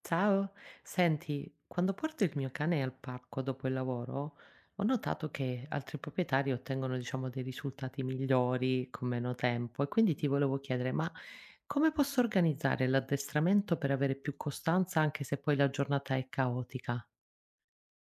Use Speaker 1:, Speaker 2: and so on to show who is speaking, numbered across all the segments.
Speaker 1: Ciao, senti, quando porto il mio cane al parco dopo il lavoro, ho notato che altri proprietari ottengono, diciamo, dei risultati migliori con meno tempo e quindi ti volevo chiedere, ma come posso organizzare l'addestramento per avere più costanza anche se poi la giornata è caotica?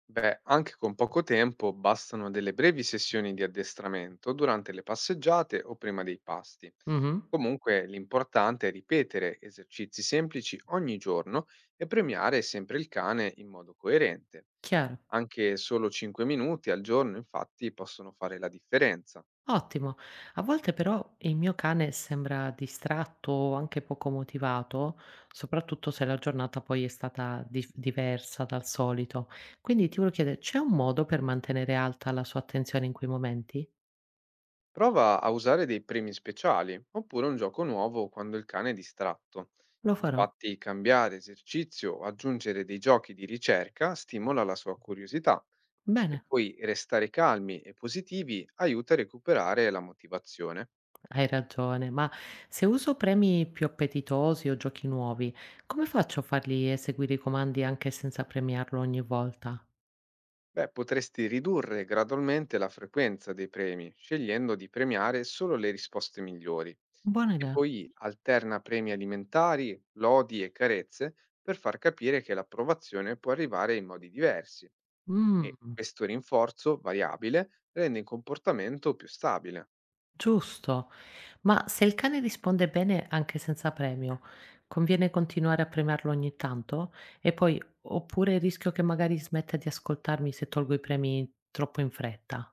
Speaker 2: Beh, anche con poco tempo bastano delle brevi sessioni di addestramento durante le passeggiate o prima dei pasti.
Speaker 1: Mhm,
Speaker 2: Comunque l'importante è ripetere esercizi semplici ogni giorno e premiare sempre il cane in modo coerente.
Speaker 1: chiaro.
Speaker 2: Anche solo 5 minuti al giorno infatti possono fare la differenza.
Speaker 1: Ottimo. A volte però il mio cane sembra distratto o anche poco motivato, soprattutto se la giornata poi è stata diversa dal solito. Quindi ti volevo chiedere, c'è un modo per mantenere alta la sua attenzione in quei momenti?
Speaker 2: Prova a usare dei premi speciali oppure un gioco nuovo quando il cane è distratto.
Speaker 1: Lo farò.
Speaker 2: Infatti, cambiare esercizio o aggiungere dei giochi di ricerca stimola la sua curiosità e
Speaker 1: Bene,
Speaker 2: poi restare calmi e positivi aiuta a recuperare la motivazione.
Speaker 1: hai ragione, ma se uso premi più appetitosi o giochi nuovi, come faccio a fargli eseguire i comandi anche senza premiarlo ogni volta?
Speaker 2: Beh, potresti ridurre gradualmente la frequenza dei premi, scegliendo di premiare solo le risposte migliori.
Speaker 1: Buona
Speaker 2: E
Speaker 1: idea.
Speaker 2: poi alterna premi alimentari, lodi e carezze per far capire che l'approvazione può arrivare in modi diversi e
Speaker 1: Mm.
Speaker 2: questo rinforzo variabile rende il comportamento più stabile.
Speaker 1: Giusto, ma se il cane risponde bene anche senza premio, conviene continuare a premiarlo ogni tanto? E poi, oppure rischio che magari smetta di ascoltarmi se tolgo i premi troppo in fretta?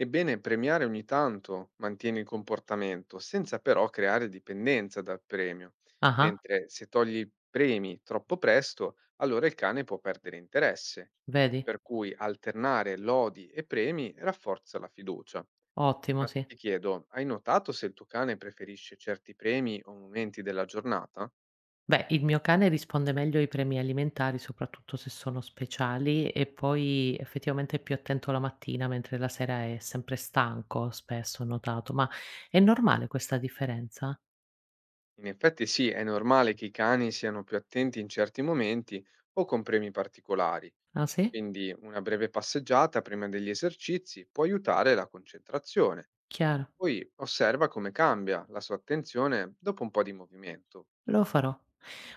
Speaker 2: Ebbene, premiare ogni tanto mantiene il comportamento, senza però creare dipendenza dal premio,
Speaker 1: Ah,
Speaker 2: mentre se togli i premi troppo presto, allora il cane può perdere interesse.
Speaker 1: vedi?
Speaker 2: Per cui alternare lodi e premi rafforza la fiducia.
Speaker 1: Ottimo,
Speaker 2: Ma
Speaker 1: sì.
Speaker 2: ti chiedo, hai notato se il tuo cane preferisce certi premi o momenti della giornata?
Speaker 1: Beh, il mio cane risponde meglio ai premi alimentari, soprattutto se sono speciali, e poi effettivamente è più attento la mattina, mentre la sera è sempre stanco, spesso ho notato, ma è normale questa differenza?
Speaker 2: In effetti sì, è normale che i cani siano più attenti in certi momenti o con premi particolari.
Speaker 1: Ah sì?
Speaker 2: Quindi una breve passeggiata prima degli esercizi può aiutare la concentrazione.
Speaker 1: Chiaro,
Speaker 2: Poi osserva come cambia la sua attenzione dopo un po' di movimento.
Speaker 1: lo farò.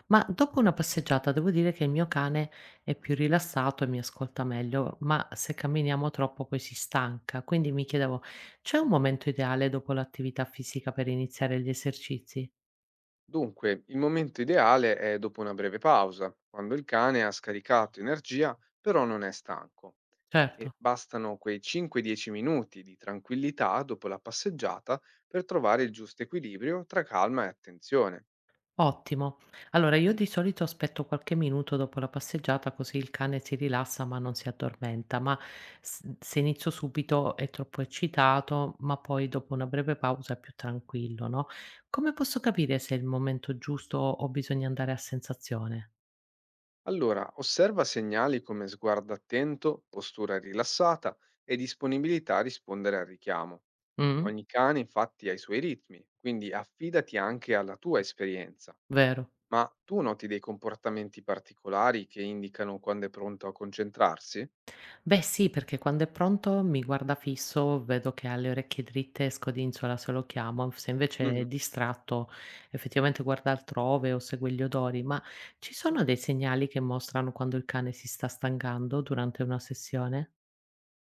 Speaker 1: Ma dopo una passeggiata devo dire che il mio cane è più rilassato e mi ascolta meglio, ma se camminiamo troppo poi si stanca. Quindi mi chiedevo, c'è un momento ideale dopo l'attività fisica per iniziare gli esercizi?
Speaker 2: Dunque, il momento ideale è dopo una breve pausa, quando il cane ha scaricato energia però non è stanco.
Speaker 1: Certo.
Speaker 2: E bastano quei 5-10 minuti di tranquillità dopo la passeggiata per trovare il giusto equilibrio tra calma e attenzione.
Speaker 1: Ottimo. Allora io di solito aspetto qualche minuto dopo la passeggiata così il cane si rilassa ma non si addormenta, ma se inizio subito è troppo eccitato, ma poi dopo una breve pausa è più tranquillo, no? Come posso capire se è il momento giusto o bisogna andare a sensazione?
Speaker 2: Allora, osserva segnali come sguardo attento, postura rilassata e disponibilità a rispondere al richiamo.
Speaker 1: Mm?
Speaker 2: Ogni cane infatti ha i suoi ritmi, quindi affidati anche alla tua esperienza.
Speaker 1: Vero.
Speaker 2: Ma tu noti dei comportamenti particolari che indicano quando è pronto a concentrarsi?
Speaker 1: Beh sì, perché quando è pronto mi guarda fisso, vedo che ha le orecchie dritte, scodinzola se lo chiamo, se invece è
Speaker 2: Mhm.
Speaker 1: distratto effettivamente guarda altrove o segue gli odori, ma ci sono dei segnali che mostrano quando il cane si sta stancando durante una sessione?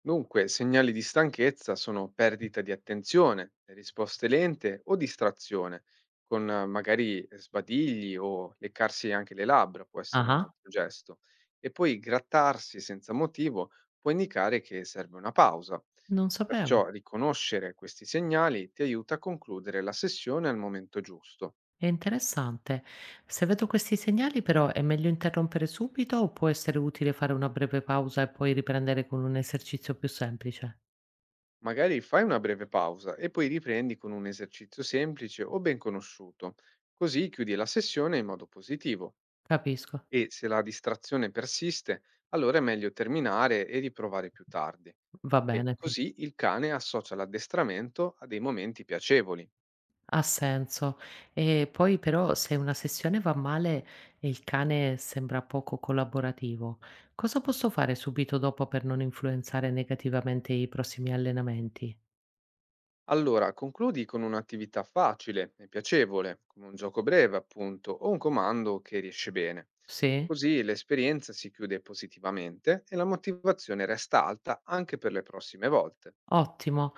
Speaker 2: Dunque, segnali di stanchezza sono perdita di attenzione, risposte lente o distrazione, con magari sbadigli o leccarsi anche le labbra, può essere un
Speaker 1: Ah,
Speaker 2: altro gesto. E poi grattarsi senza motivo può indicare che serve una pausa.
Speaker 1: non sapevo.
Speaker 2: Perciò riconoscere questi segnali ti aiuta a concludere la sessione al momento giusto.
Speaker 1: È interessante. Se vedo questi segnali però è meglio interrompere subito o può essere utile fare una breve pausa e poi riprendere con un esercizio più semplice?
Speaker 2: Magari fai una breve pausa e poi riprendi con un esercizio semplice o ben conosciuto, così chiudi la sessione in modo positivo.
Speaker 1: Capisco.
Speaker 2: E se la distrazione persiste, allora è meglio terminare e riprovare più tardi.
Speaker 1: Va
Speaker 2: E
Speaker 1: bene, sì.
Speaker 2: così il cane associa l'addestramento a dei momenti piacevoli.
Speaker 1: Ha senso. E poi però se una sessione va male e il cane sembra poco collaborativo, cosa posso fare subito dopo per non influenzare negativamente i prossimi allenamenti?
Speaker 2: Allora, concludi con un'attività facile e piacevole, come un gioco breve, appunto, o un comando che riesce bene.
Speaker 1: Sì?
Speaker 2: Così l'esperienza si chiude positivamente e la motivazione resta alta anche per le prossime volte.
Speaker 1: Ottimo.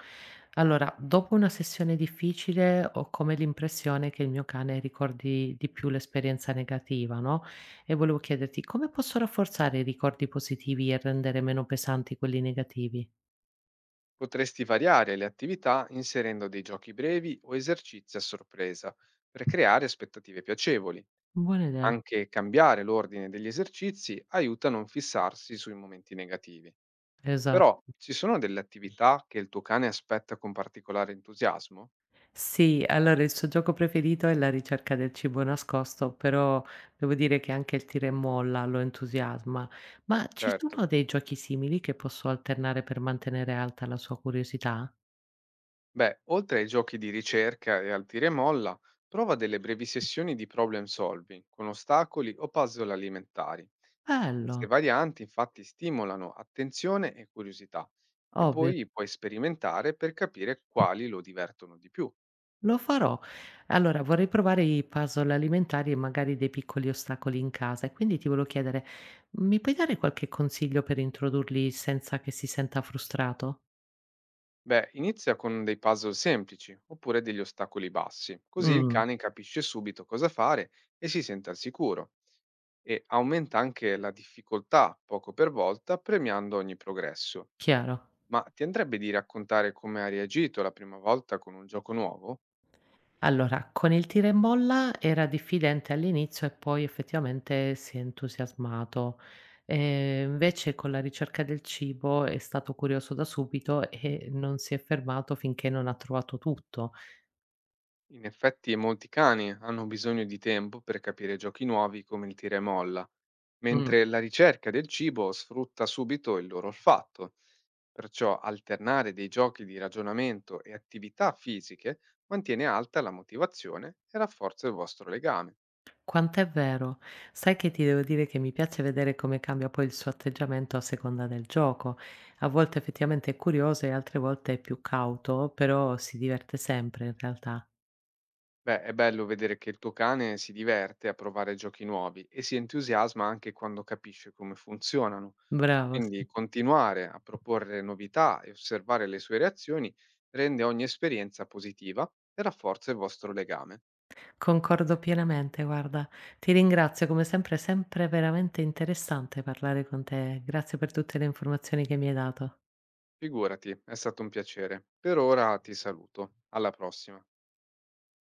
Speaker 1: Allora, dopo una sessione difficile ho come l'impressione che il mio cane ricordi di più l'esperienza negativa, no? E volevo chiederti come posso rafforzare i ricordi positivi e rendere meno pesanti quelli negativi?
Speaker 2: Potresti variare le attività inserendo dei giochi brevi o esercizi a sorpresa per creare aspettative piacevoli.
Speaker 1: Buona idea.
Speaker 2: Anche cambiare l'ordine degli esercizi aiuta a non fissarsi sui momenti negativi. Però
Speaker 1: Esatto.
Speaker 2: ci sono delle attività che il tuo cane aspetta con particolare entusiasmo?
Speaker 1: Sì, allora il suo gioco preferito è la ricerca del cibo nascosto, però devo dire che anche il tira e molla lo entusiasma. Ma ci
Speaker 2: Certo.
Speaker 1: sono dei giochi simili che posso alternare per mantenere alta la sua curiosità?
Speaker 2: Beh, oltre ai giochi di ricerca e al tira e molla, prova delle brevi sessioni di problem solving con ostacoli o puzzle alimentari.
Speaker 1: Bello,
Speaker 2: Queste varianti infatti stimolano attenzione e curiosità e
Speaker 1: ovvio,
Speaker 2: poi puoi sperimentare per capire quali lo divertono di più.
Speaker 1: lo farò. Allora, vorrei provare i puzzle alimentari e magari dei piccoli ostacoli in casa e quindi ti volevo chiedere, mi puoi dare qualche consiglio per introdurli senza che si senta frustrato?
Speaker 2: Beh, inizia con dei puzzle semplici oppure degli ostacoli bassi, così il
Speaker 1: Mm,
Speaker 2: cane capisce subito cosa fare e si sente al sicuro. E aumenta anche la difficoltà poco per volta, premiando ogni progresso.
Speaker 1: chiaro.
Speaker 2: Ma ti andrebbe di raccontare come ha reagito la prima volta con un gioco nuovo?
Speaker 1: Allora, con il tira e molla era diffidente all'inizio e poi effettivamente si è entusiasmato. Invece con la ricerca del cibo è stato curioso da subito e non si è fermato finché non ha trovato tutto.
Speaker 2: In effetti molti cani hanno bisogno di tempo per capire giochi nuovi come il tira e molla,
Speaker 1: Mh.
Speaker 2: mentre la ricerca del cibo sfrutta subito il loro olfatto. Perciò alternare dei giochi di ragionamento e attività fisiche mantiene alta la motivazione e rafforza il vostro legame.
Speaker 1: Quant'è vero. Sai che ti devo dire che mi piace vedere come cambia poi il suo atteggiamento a seconda del gioco. A volte effettivamente è curioso e altre volte è più cauto, però si diverte sempre in realtà.
Speaker 2: Beh, è bello vedere che il tuo cane si diverte a provare giochi nuovi e si entusiasma anche quando capisce come funzionano.
Speaker 1: Bravo, sì.
Speaker 2: Quindi continuare a proporre novità e osservare le sue reazioni rende ogni esperienza positiva e rafforza il vostro legame.
Speaker 1: Concordo pienamente, guarda. Ti ringrazio come sempre, è sempre veramente interessante parlare con te. Grazie per tutte le informazioni che mi hai dato.
Speaker 2: Figurati, è stato un piacere. Per ora ti saluto. Alla prossima.